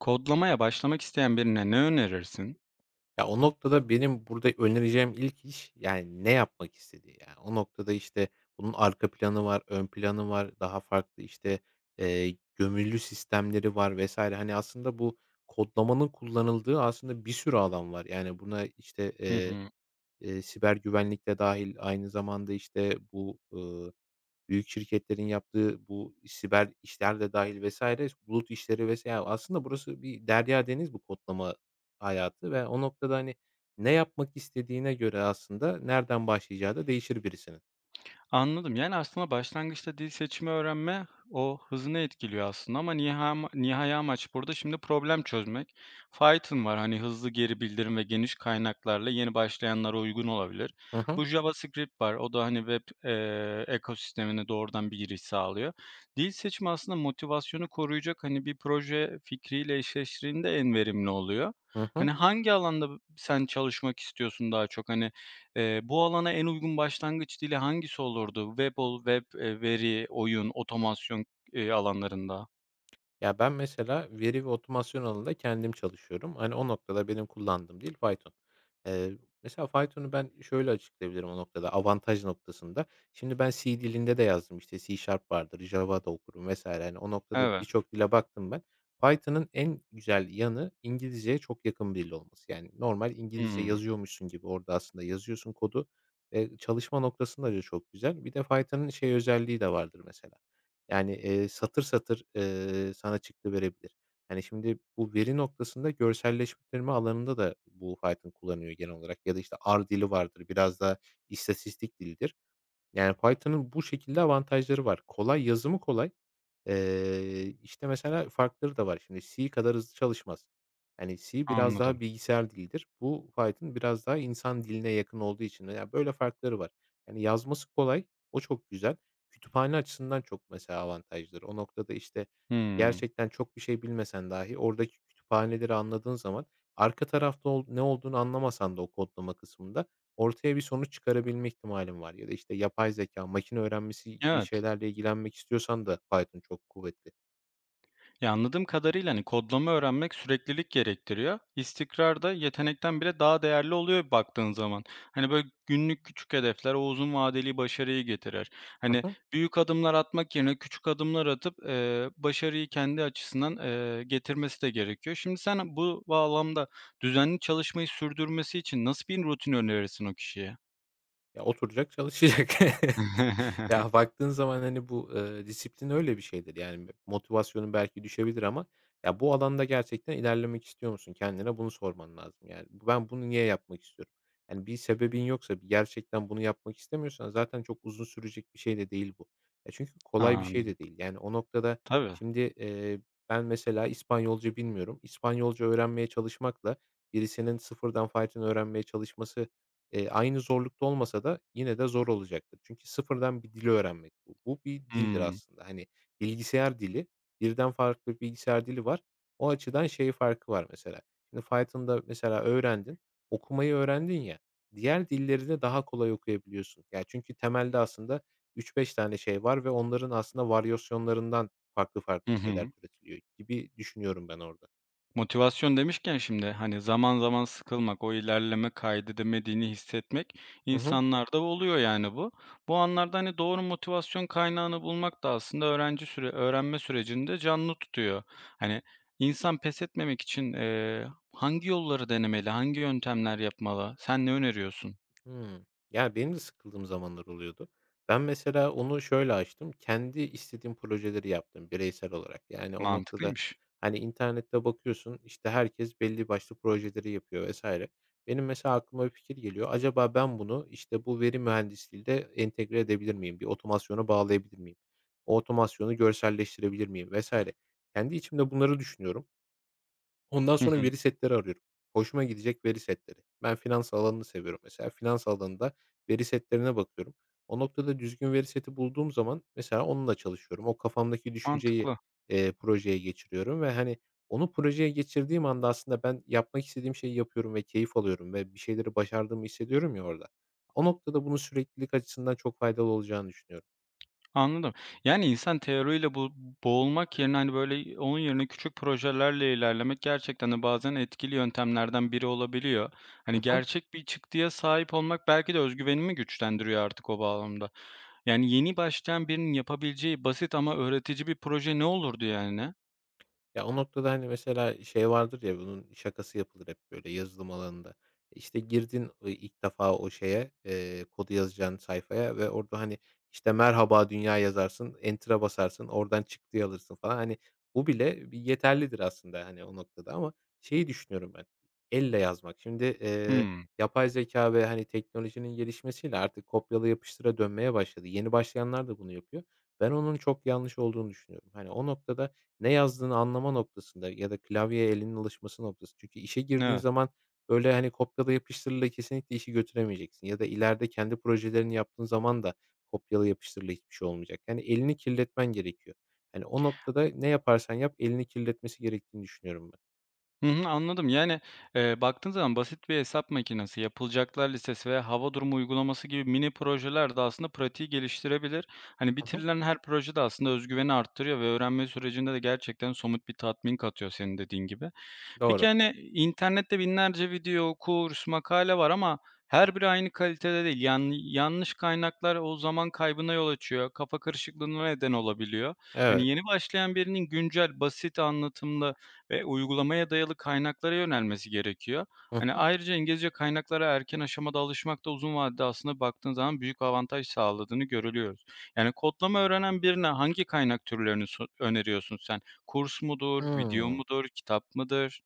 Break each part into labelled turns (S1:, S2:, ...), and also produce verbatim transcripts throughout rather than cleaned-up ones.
S1: Kodlamaya başlamak isteyen birine ne önerirsin?
S2: Ya, o noktada benim burada önereceğim ilk iş, yani, ne yapmak istediği. Yani, o noktada, işte, bunun arka planı var, ön planı var, daha farklı, işte, eee, gömülü sistemleri var vesaire. Hani, aslında bu kodlamanın kullanıldığı aslında bir sürü alan var. Yani, buna, işte,
S1: Hı
S2: eee,
S1: hı.
S2: eee, siber güvenlik de dahil, aynı zamanda, işte, bu, büyük şirketlerin yaptığı bu siber işler de dahil vesaire, bulut işleri vesaire. Ya, aslında burası bir derya deniz bu kodlama hayatı ve o noktada, hani, ne yapmak istediğine göre aslında nereden başlayacağı da değişir birisinin.
S1: Anladım. Yani, aslında başlangıçta dil seçimi öğrenme o hızını etkiliyor aslında ama niha ama nihai amaç burada şimdi problem çözmek. Python var, hani, hızlı geri bildirim ve geniş kaynaklarla yeni başlayanlara uygun olabilir.
S2: Hı hı.
S1: Bu JavaScript var, o da, hani, web, eee, ekosistemine doğrudan bir giriş sağlıyor. Dil seçimi aslında motivasyonu koruyacak, hani, bir proje fikriyle eşleştiğinde en verimli oluyor.
S2: Hı
S1: Hani,
S2: hı.
S1: hangi alanda sen çalışmak istiyorsun daha çok? Hani, Eee, bu alana en uygun başlangıç dili hangisi olurdu? Web ol web, eee, veri, oyun, otomasyon, eee, alanlarında?
S2: Ya, ben mesela veri ve otomasyon alanında kendim çalışıyorum. Hani, o noktada benim kullandığım dil Python. Eee, mesela Python'u ben şöyle açıklayabilirim o noktada, avantaj noktasında. Şimdi ben C dilinde de yazdım, işte, C# Sharp vardır, Java da okurum vesaire. Hani, o noktada
S1: Evet.
S2: birçok dile baktım ben. Python'ın en güzel yanı İngilizceye çok yakın bir dil olması. Yani normal İngilizce
S1: Hımm,
S2: yazıyormuşsun gibi orada aslında yazıyorsun kodu. Eee, çalışma noktasında da çok güzel. Bir de Python'ın şey özelliği de vardır mesela. Yani, eee, satır satır, eee, sana çıktı verebilir. Yani şimdi bu veri noktasında görselleştirme alanında da bu Python kullanıyor genel olarak ya da, işte, R dili vardır, biraz da istatistik dilidir. Yani, Python'ın bu şekilde avantajları var. Kolay, yazımı kolay. Eee, işte, mesela farkları da var. Şimdi C kadar hızlı çalışmaz. Hani, C biraz
S1: anladım.
S2: daha bilgisayar dilidir. Bu Python biraz daha insan diline yakın olduğu için, ya, böyle farkları var. Yani, yazması kolay, o çok güzel. Kütüphane açısından çok mesela avantajdır. O noktada, işte,
S1: Hımm.
S2: gerçekten çok bir şey bilmesen dahi oradaki kütüphaneleri anladığın zaman arka tarafta ol ne olduğunu anlamasan da o kodlama kısmında ortaya bir sonuç çıkarabilme ihtimalin var ya da, işte, yapay zekâ, makine öğrenmesi gibi
S1: Evet.
S2: şeylerle ilgilenmek istiyorsan da Python çok kuvvetli.
S1: Ya, anladığım kadarıyla, hani, kodlama öğrenmek süreklilik gerektiriyor. İstikrar da yetenekten bile daha değerli oluyor baktığın zaman. Hani, böyle, günlük küçük hedefler o uzun vadeli başarıyı getirir.
S2: Hı
S1: Hani,
S2: hı.
S1: büyük adımlar atmak yerine küçük adımlar atıp, eee, başarıyı kendi açısından, eee, getirmesi de gerekiyor. Şimdi sen bu bağlamda düzenli çalışmayı sürdürmesi için nasıl bir rutin önerirsin o kişiye?
S2: Ya, oturacak, çalışacak. Ya, baktığın zaman, hani, bu, eee, disiplin öyle bir şeydir. Yani, motivasyonun belki düşebilir ama ya, bu alanda gerçekten ilerlemek istiyor musun? Kendine bunu sorman lazım. Yani, bu- "Ben bunu niye yapmak istiyorum?" Yani, bir sebebin yoksa, bir gerçekten bunu yapmak istemiyorsan zaten çok uzun sürecek bir şey de değil bu. Ya, çünkü kolay bir şey
S1: Anladım.
S2: de değil. Yani, o noktada
S1: Tabii.
S2: şimdi, eee, ben mesela İspanyolca bilmiyorum. İspanyolca öğrenmeye çalışmakla birisinin sıfırdan Python öğrenmeye çalışması Eee, aynı zorlukta olmasa da yine de zor olacaktır. Çünkü sıfırdan bir dili öğrenmek bu. Bu bir dildir
S1: Hımm.
S2: aslında. Hani, bilgisayar dili, birden farklı bir bilgisayar dili var. O açıdan şey farkı var mesela. Şimdi Python'da mesela öğrendin, okumayı öğrendin ya, diğer dilleri de daha kolay okuyabiliyorsun. Ya, çünkü temelde aslında üç beş tane şey var ve onların aslında varyasyonlarından farklı farklı
S1: Hı
S2: şeyler
S1: hı.
S2: türetiliyor gibi düşünüyorum ben orada.
S1: Motivasyon demişken şimdi hani zaman zaman sıkılmak, o ilerleme kaydedemediğini hissetmek
S2: Hı hı.
S1: insanlarda oluyor yani bu. Bu anlarda hani doğru motivasyon kaynağını bulmak da aslında öğrenci süre öğrenme sürecinde canlı tutuyor. Hani insan pes etmemek için eee, hangi yolları denemeli, hangi yöntemler yapmalı? Sen ne öneriyorsun?
S2: Hımm. Ya, benim de sıkıldığım zamanlar oluyordu. Ben mesela onu şöyle aştım, kendi istediğim projeleri yaptım bireysel olarak. Yani o noktada,
S1: Mantıklıymış.
S2: hani, internette bakıyorsun, işte, herkes belli başlı projeleri yapıyor vesaire. Benim mesela aklıma bir fikir geliyor. Acaba ben bunu, işte, bu veri mühendisliğiyle entegre edebilir miyim? Bir otomasyona bağlayabilir miyim? O otomasyonu görselleştirebilir miyim vesaire. Kendi içimde bunları düşünüyorum. Ondan
S1: Hı hı.
S2: sonra veri setleri arıyorum. Hoşuma gidecek veri setleri. Ben finans alanını seviyorum mesela. Finans alanında veri setlerine bakıyorum. O noktada düzgün veri seti bulduğum zaman mesela onunla çalışıyorum. O kafamdaki düşünceyi,
S1: Mantıklı.
S2: eee, projeye geçiriyorum ve, hani, onu projeye geçirdiğim anda aslında ben yapmak istediğim şeyi yapıyorum ve keyif alıyorum ve bir şeyleri başardığımı hissediyorum ya orada. O noktada bunun süreklilik açısından çok faydalı olacağını düşünüyorum.
S1: Anladım. Yani, insan teoriyle bo boğulmak yerine, hani, böyle, onun yerine küçük projelerle ilerlemek gerçekten de bazen etkili yöntemlerden biri olabiliyor. Hani,
S2: hı.
S1: gerçek bir çıktıya sahip olmak belki de özgüvenimi güvenimi güçlendiriyor artık o bağlamda. Yani, yeni başlayan birinin yapabileceği basit ama öğretici bir proje ne olurdu yani?
S2: Ya, o noktada, hani, mesela şey vardır ya, bunun şakası yapılır hep böyle yazılım alanında. İşte, girdin, eee, ilk defa o şeye, eee, kodu yazacağın sayfaya ve orada, hani, işte, "Merhaba dünya" yazarsın, enter'a basarsın, oradan çıktıyı alırsın falan. Hani, bu bile bir yeterlidir aslında, hani, o noktada ama şeyi düşünüyorum ben, elle yazmak. Şimdi, eee,
S1: Hımm.
S2: yapay zeka ve, hani, teknolojinin gelişmesiyle artık kopyala yapıştıra dönmeye başladı. Yeni başlayanlar da bunu yapıyor. Ben onun çok yanlış olduğunu düşünüyorum. Hani, o noktada ne yazdığını anlama noktasında ya da klavyeye elinin alışması noktası. Çünkü işe girdiğin
S1: Evet.
S2: zaman, böyle, hani, kopyala yapıştırla kesinlikle işi götüremeyeceksin ya da ileride kendi projelerini yaptığın zaman da kopyala yapıştırla hiçbir şey olmayacak. Yani elini kirletmen gerekiyor. Hani, o noktada ne yaparsan yap elini kirletmesi gerektiğini düşünüyorum ben.
S1: Hı hı, anladım. Yani, eee, baktığın zaman basit bir hesap makinesi, yapılacaklar listesi veya hava durumu uygulaması gibi mini projeler de aslında pratiği geliştirebilir. Hani
S2: Hı hı.
S1: bitirilen her proje de aslında özgüveni güveni arttırıyor ve öğrenme sürecinde de gerçekten somut bir tatmin katıyor senin dediğin gibi. Peki,
S2: Doğru.
S1: hani, internette binlerce video, kurs, makale var ama her biri aynı kalitede değil. Yani, yanlış kaynaklar o zaman kaybına yol açıyor, kafa karışıklığına neden olabiliyor. Hani,
S2: Evet.
S1: yeni başlayan birinin güncel, basit anlatımlı ve uygulamaya dayalı kaynaklara yönelmesi gerekiyor.
S2: Hı
S1: Hani,
S2: hı.
S1: ayrıca İngilizce kaynaklara erken aşamada alışmak da uzun vadede aslında baktığın zaman büyük avantaj sağladığını görülüyoruz. Yani, kodlama öğrenen birine hangi kaynak türlerini so öneriyorsun sen? Kurs mudur, video
S2: Hıı.
S1: mudur, kitap mıdır?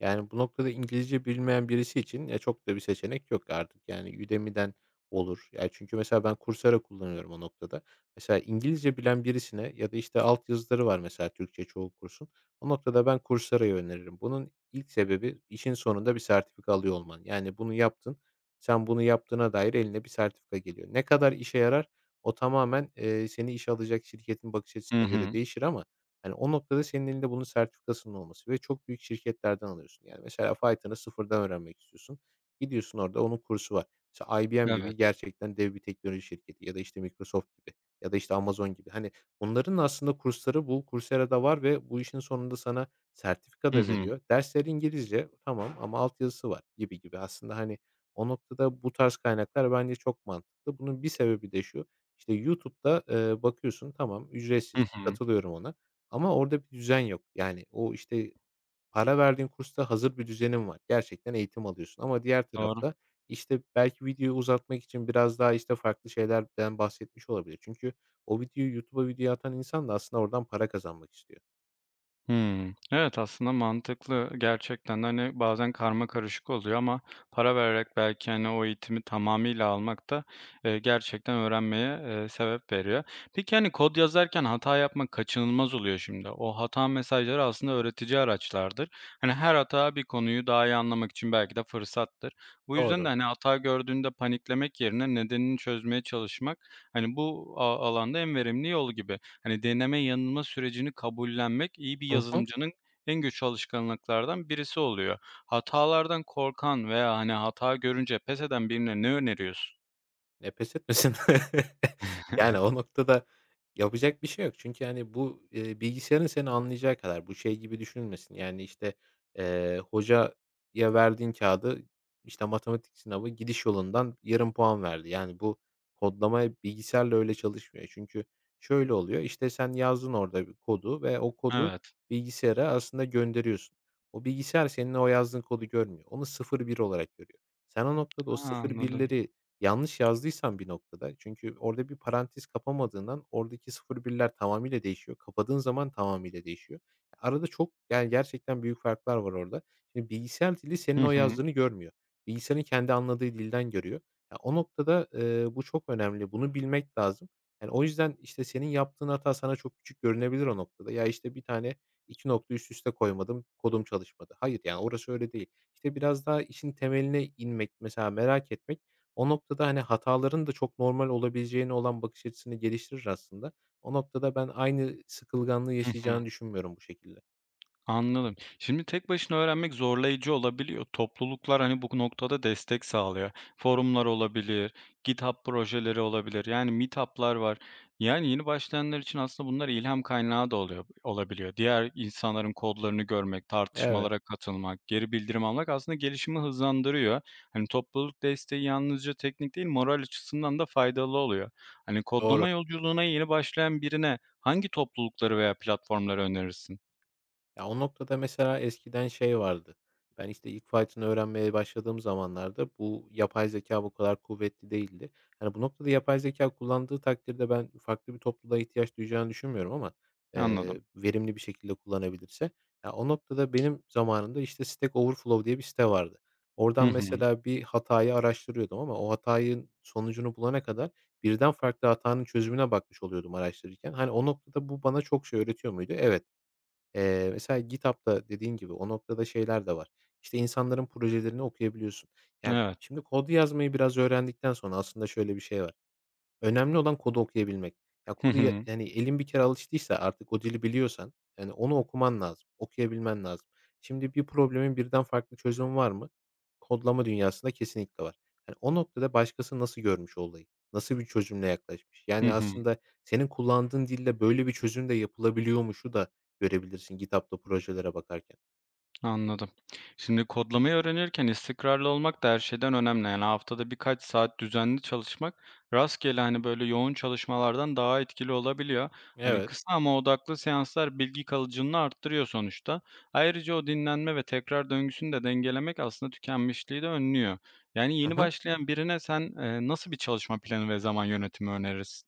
S2: Yani, bu noktada İngilizce bilmeyen birisi için, eee, çok da bir seçenek yok artık. Yani, Udemy'den olur. Yani çünkü mesela ben Coursera kullanıyorum o noktada. Mesela İngilizce bilen birisine ya da, işte, altyazıları var mesela Türkçe çoğu kursun. O noktada ben Coursera'yı öneririm. Bunun ilk sebebi işin sonunda bir sertifika alıyor olman. Yani, bunu yaptın, sen bunu yaptığına dair eline bir sertifika geliyor. Ne kadar işe yarar o tamamen, eee, seni işe alacak şirketin bakış
S1: Hı
S2: açısına göre
S1: hı.
S2: değişir ama. Hani, o noktada senin elinde bunun sertifikasının olması ve çok büyük şirketlerden alıyorsun. Yani, mesela Python'ı sıfırdan öğrenmek istiyorsun. Gidiyorsun orada onun kursu var. İşte, I B M
S1: Evet.
S2: gibi gerçekten dev bir teknoloji şirketi ya da, işte, Microsoft gibi ya da, işte, Amazon gibi. Hani, bunların aslında kursları bu Coursera'da var ve bu işin sonunda sana sertifika
S1: Hı
S2: da
S1: hı.
S2: veriyor. Dersler İngilizce, tamam ama altyazısı var gibi gibi. Aslında, hani, o noktada bu tarz kaynaklar bence çok mantıklı. Bunun bir sebebi de şu, işte, YouTube'da, eee, bakıyorsun, tamam
S1: Hı
S2: ücretsiz,
S1: hı.
S2: katılıyorum ona ama orada bir düzen yok. Yani, o, işte, para verdiğin kursta hazır bir düzenin var. Gerçekten eğitim alıyorsun ama diğer
S1: Doğru.
S2: tarafta, işte, belki videoyu uzatmak için biraz daha, işte, farklı şeylerden bahsetmiş olabilir. Çünkü o videoyu YouTube'a video atan insan da aslında oradan para kazanmak istiyor.
S1: Hımm. Evet, aslında mantıklı. Gerçekten, de. Hani, bazen karma karışık oluyor ama para vererek belki, hani, o eğitimi tamamıyla almak da, eee, gerçekten öğrenmeye, eee, sebep veriyor. Peki, hani, kod yazarken hata yapmak kaçınılmaz oluyor şimdi. O hata mesajları aslında öğretici araçlardır. Hani, her hata bir konuyu daha iyi anlamak için belki de fırsattır. Bu yüzden de,
S2: Doğru.
S1: hani, hata gördüğünde paniklemek yerine nedenini çözmeye çalışmak, hani, bu a alanda en verimli yol gibi. Hani, deneme yanılma sürecini kabullenmek iyi bir
S2: Hı hı.
S1: yazılımcının en güçlü alışkanlıklardan birisi oluyor. Hatalardan korkan veya, hani, hata görünce pes eden birine ne öneriyorsun?
S2: E, pes etmesin. Yani, o noktada yapacak bir şey yok. Çünkü, hani, bu, eee, bilgisayarın seni anlayacağı kadar. Bu şey gibi düşünülmesin. Yani, işte, eee, hocaya verdiğin kağıdı, işte, matematik sınavı gidiş yolundan yarım puan verdi. Yani, bu kodlama bilgisayarla öyle çalışmıyor. Çünkü şöyle oluyor, İşte sen yazdın orada bir kodu ve o kodu
S1: Evet.
S2: bilgisayara aslında gönderiyorsun. O bilgisayar senin o yazdığın kodu görmüyor. Onu sıfır bir olarak görüyor. Sen o noktada o
S1: A,
S2: sıfır
S1: anladım.
S2: birleri. Yanlış yazdıysam bir noktada çünkü orada bir parantez kapamadığından oradaki sıfır birler tamamıyla değişiyor. Kapadığın zaman tamamıyla değişiyor. Arada çok, yani, gerçekten büyük farklar var orada. Şimdi bilgisayar dili
S1: Hı
S2: senin o
S1: hı.
S2: yazdığını görmüyor. Bilgisayarın kendi anladığı dilden görüyor. Ya, o noktada, eee, bu çok önemli. Bunu bilmek lazım. Yani, o yüzden, işte, senin yaptığın hata sana çok küçük görünebilir o noktada. Ya, işte, bir tane iki nokta üst üste koymadım, kodum çalışmadı. Hayır, yani, orası öyle değil. İşte, biraz daha işin temeline inmek, mesela merak etmek o noktada, hani, hataların da çok normal olabileceğine olan bakış açısını geliştirir aslında. O noktada ben aynı sıkılganlığı
S1: Hı hı.
S2: yaşayacağını düşünmüyorum bu şekilde.
S1: Anladım. Şimdi tek başına öğrenmek zorlayıcı olabiliyor. Topluluklar hani bu noktada destek sağlıyor. Forumlar olabilir, GitHub projeleri olabilir. Yani meetup'lar var. Yani yeni başlayanlar için aslında bunlar ilham kaynağı da oluyor, olabiliyor. Diğer insanların kodlarını görmek,
S2: Evet,
S1: tartışmalara katılmak, geri bildirim almak aslında gelişimi hızlandırıyor. Hani topluluk desteği yalnızca teknik değil, moral açısından da faydalı oluyor. Hani kodlama
S2: doğru.
S1: yolculuğuna yeni başlayan birine hangi toplulukları veya platformları önerirsin?
S2: Ya, o noktada mesela eskiden şey vardı. Ben, işte, ilk Python öğrenmeye başladığım zamanlarda bu yapay zeka bu kadar kuvvetli değildi. Hani, bu noktada yapay zeka kullandığı takdirde ben farklı bir topluluğa ihtiyaç duyacağını düşünmüyorum ama,
S1: Anladım.
S2: eee, verimli bir şekilde kullanabilirse. Ya, o noktada benim zamanımda, işte, Stack Overflow diye bir site vardı.
S1: Hı
S2: Oradan
S1: hı.
S2: mesela bir hatayı araştırıyordum ama o hatanın sonucunu bulana kadar birden farklı hatanın çözümüne bakmış oluyordum araştırırken. Hani, o noktada bu bana çok şey öğretiyor muydu? Evet. Eee, mesela GitHub'da dediğin gibi o noktada şeyler de var. İşte, insanların projelerini okuyabiliyorsun. Yani,
S1: Evet.
S2: şimdi kod yazmayı biraz öğrendikten sonra aslında şöyle bir şey var. Önemli olan kodu okuyabilmek. Ya,
S1: Hı
S2: kodu ya
S1: hı.
S2: yani elin bir kere alıştıysa artık o dili biliyorsan, yani, onu okuman lazım, okuyabilmen lazım. Şimdi bir problemin birden farklı çözümü var mı? Kodlama dünyasında kesinlikle var. Yani o noktada başkası nasıl görmüş olayı, nasıl bir çözümle yaklaşmış?
S1: Hı
S2: Yani,
S1: hı.
S2: aslında senin kullandığın dille böyle bir çözüm de yapılabiliyormuşu da görebilirsin GitHub'da projelere bakarken.
S1: Anladım. Şimdi kodlamayı öğrenirken istikrarlı olmak da her şeyden önemli. Yani haftada birkaç saat düzenli çalışmak rastgele hani böyle yoğun çalışmalardan daha etkili olabiliyor. Hani
S2: Evet.
S1: kısa ama odaklı seanslar bilgi kalıcılığını arttırıyor sonuçta. Ayrıca o dinlenme ve tekrar döngüsünü de dengelemek aslında tükenmişliği de önlüyor. Yani
S2: Hı
S1: yeni
S2: hı.
S1: başlayan birine sen e, nasıl bir çalışma planı ve zaman yönetimi önerirsin?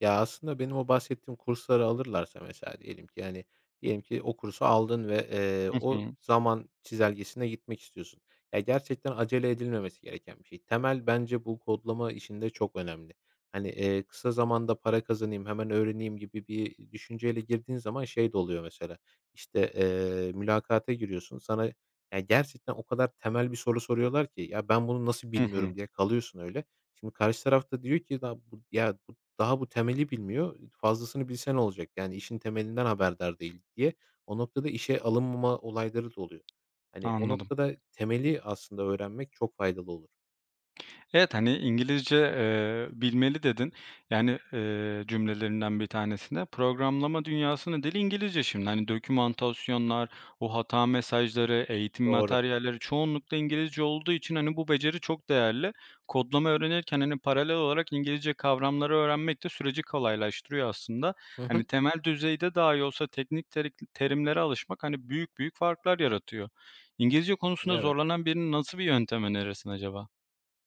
S2: Ya, aslında benim o bahsettiğim kursları alırlarsa mesela diyelim ki, yani diyelim ki o kursu aldın ve, eee,
S1: Hı
S2: o
S1: hı.
S2: zaman çizelgesine gitmek istiyorsun. Ya, gerçekten acele edilmemesi gereken bir şey. Temel bence bu kodlama işinde çok önemli. Hani, eee, kısa zamanda para kazanayım, hemen öğreneyim gibi bir düşünceyle girdiğin zaman şey de oluyor mesela, işte, eee, mülakata giriyorsun. Sana ya, gerçekten o kadar temel bir soru soruyorlar ki, "Ya, ben bunu nasıl
S1: Hı hı.
S2: bilmiyorum?" diye kalıyorsun öyle. Şimdi karşı tarafta diyor ki, "Da bu ya", daha bu temeli bilmiyor. Fazlasını bilse ne olacak? Yani işin temelinden haberdar değil diye o noktada işe alınmama olayları da oluyor. Hani o
S1: Anladım.
S2: noktada temeli aslında öğrenmek çok faydalı olur.
S1: Evet, hani, "İngilizce, eee, bilmeli." dedin. Yani, eee, cümlelerinden bir tanesinde. Programlama dünyasının dili İngilizce şimdi. Hani, dokümantasyonlar, o hata mesajları, eğitim
S2: Doğru.
S1: materyalleri çoğunlukla İngilizce olduğu için, hani, bu beceri çok değerli. Kodlama öğrenirken, hani, paralel olarak İngilizce kavramları öğrenmek de süreci kolaylaştırıyor aslında.
S2: Hı
S1: Hani,
S2: hı.
S1: temel düzeyde dahi olsa teknik terik terimlere alışmak, hani, büyük büyük farklar yaratıyor. İngilizce konusunda
S2: Evet.
S1: zorlanan birinin nasıl bir yöntem önerirsin acaba?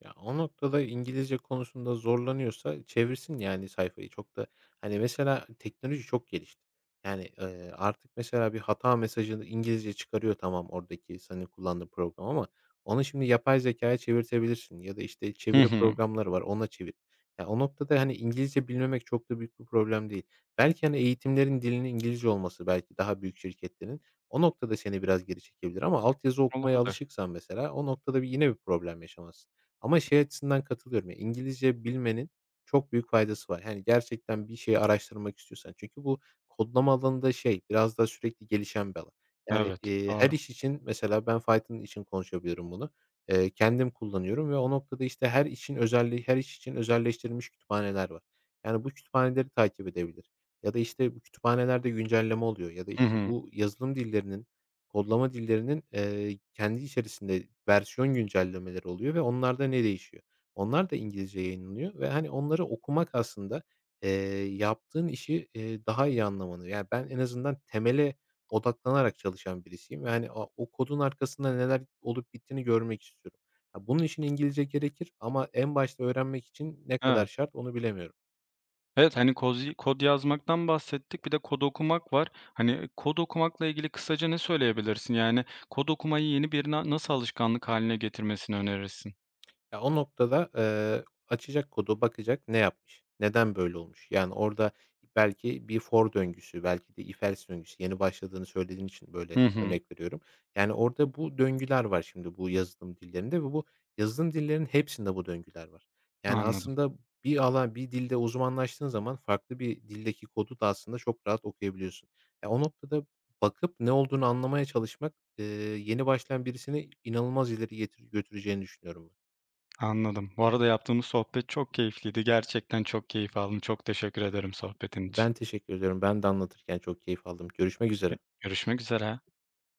S2: Ya, o noktada İngilizce konusunda zorlanıyorsa çevirsin yani sayfayı. Çok da, hani, mesela teknoloji çok gelişti. Yani, eee, artık mesela bir hata mesajını İngilizce çıkarıyor tamam oradaki senin kullandığın program ama onu şimdi yapay zekâya çevirtebilirsin ya da, işte, çeviri programları var, ona çevir. Ya, o noktada, hani, İngilizce bilmemek çok da büyük bir problem değil. Belki, hani, eğitimlerin dilinin İngilizce olması belki daha büyük şirketlerin o noktada seni biraz geri çekebilir ama altyazı okumaya
S1: Olabilir.
S2: alışıksan mesela o noktada bir yine bir problem yaşamazsın. Ama şey açısından katılıyorum ya, İngilizce bilmenin çok büyük faydası var. Yani gerçekten bir şeyi araştırmak istiyorsan. Çünkü bu kodlama alanında şey, biraz daha sürekli gelişen bir alan. Yani,
S1: Evet,
S2: eee, her
S1: doğru.
S2: iş için mesela ben Python için konuşabilirim bunu. Eee, kendim kullanıyorum ve o noktada, işte, her için özelliği her iş için özelleştirilmiş kütüphaneler var. Yani bu kütüphaneleri takip edebilir ya da, işte, bu kütüphanelerde güncelleme oluyor ya da,
S1: Hı
S2: işte,
S1: hı.
S2: bu yazılım dillerinin Kodlama dillerinin, eee, kendi içerisinde versiyon güncellemeleri oluyor ve onlarda ne değişiyor? Onlar da İngilizce yayınlanıyor ve, hani, onları okumak aslında, eee, yaptığın işi, eee, daha iyi anlamanı, yani, ben en azından temele odaklanarak çalışan birisiyim ve, hani, o o kodun arkasında neler olup bittiğini görmek istiyorum. Ha, bunun için İngilizce gerekir ama en başta öğrenmek için ne kadar
S1: Evet.
S2: şart onu bilemiyorum.
S1: Evet, hani, kozi kod yazmaktan bahsettik, bir de kod okumak var. Hani, e, kod okumakla ilgili kısaca ne söyleyebilirsin? Yani, kod okumayı yeni birine nasıl alışkanlık haline getirmesini önerirsin?
S2: Ya, o noktada, eee, açacak kodu, bakacak ne yapmış, neden böyle olmuş? Yani, orada belki bir for döngüsü, belki de if else döngüsü, yeni başladığını söylediğin için böyle
S1: Hı hı.
S2: örnek veriyorum. Yani, orada bu döngüler var şimdi bu yazılım dillerinde ve bu yazılım dillerinin hepsinde bu döngüler var. Yani,
S1: Anladım,
S2: aslında bir alan, bir dilde uzmanlaştığın zaman farklı bir dildeki kodu da aslında çok rahat okuyabiliyorsun. Ya, o noktada bakıp ne olduğunu anlamaya çalışmak, eee, yeni başlayan birisini inanılmaz ileri getir götüreceğini düşünüyorum ben.
S1: anladım. Bu arada yaptığımız sohbet çok keyifliydi. Gerçekten çok keyif aldım. Çok teşekkür ederim sohbetin için.
S2: Ben teşekkür ediyorum. Ben de anlatırken çok keyif aldım. Görüşmek üzere.
S1: Görüşmek üzere.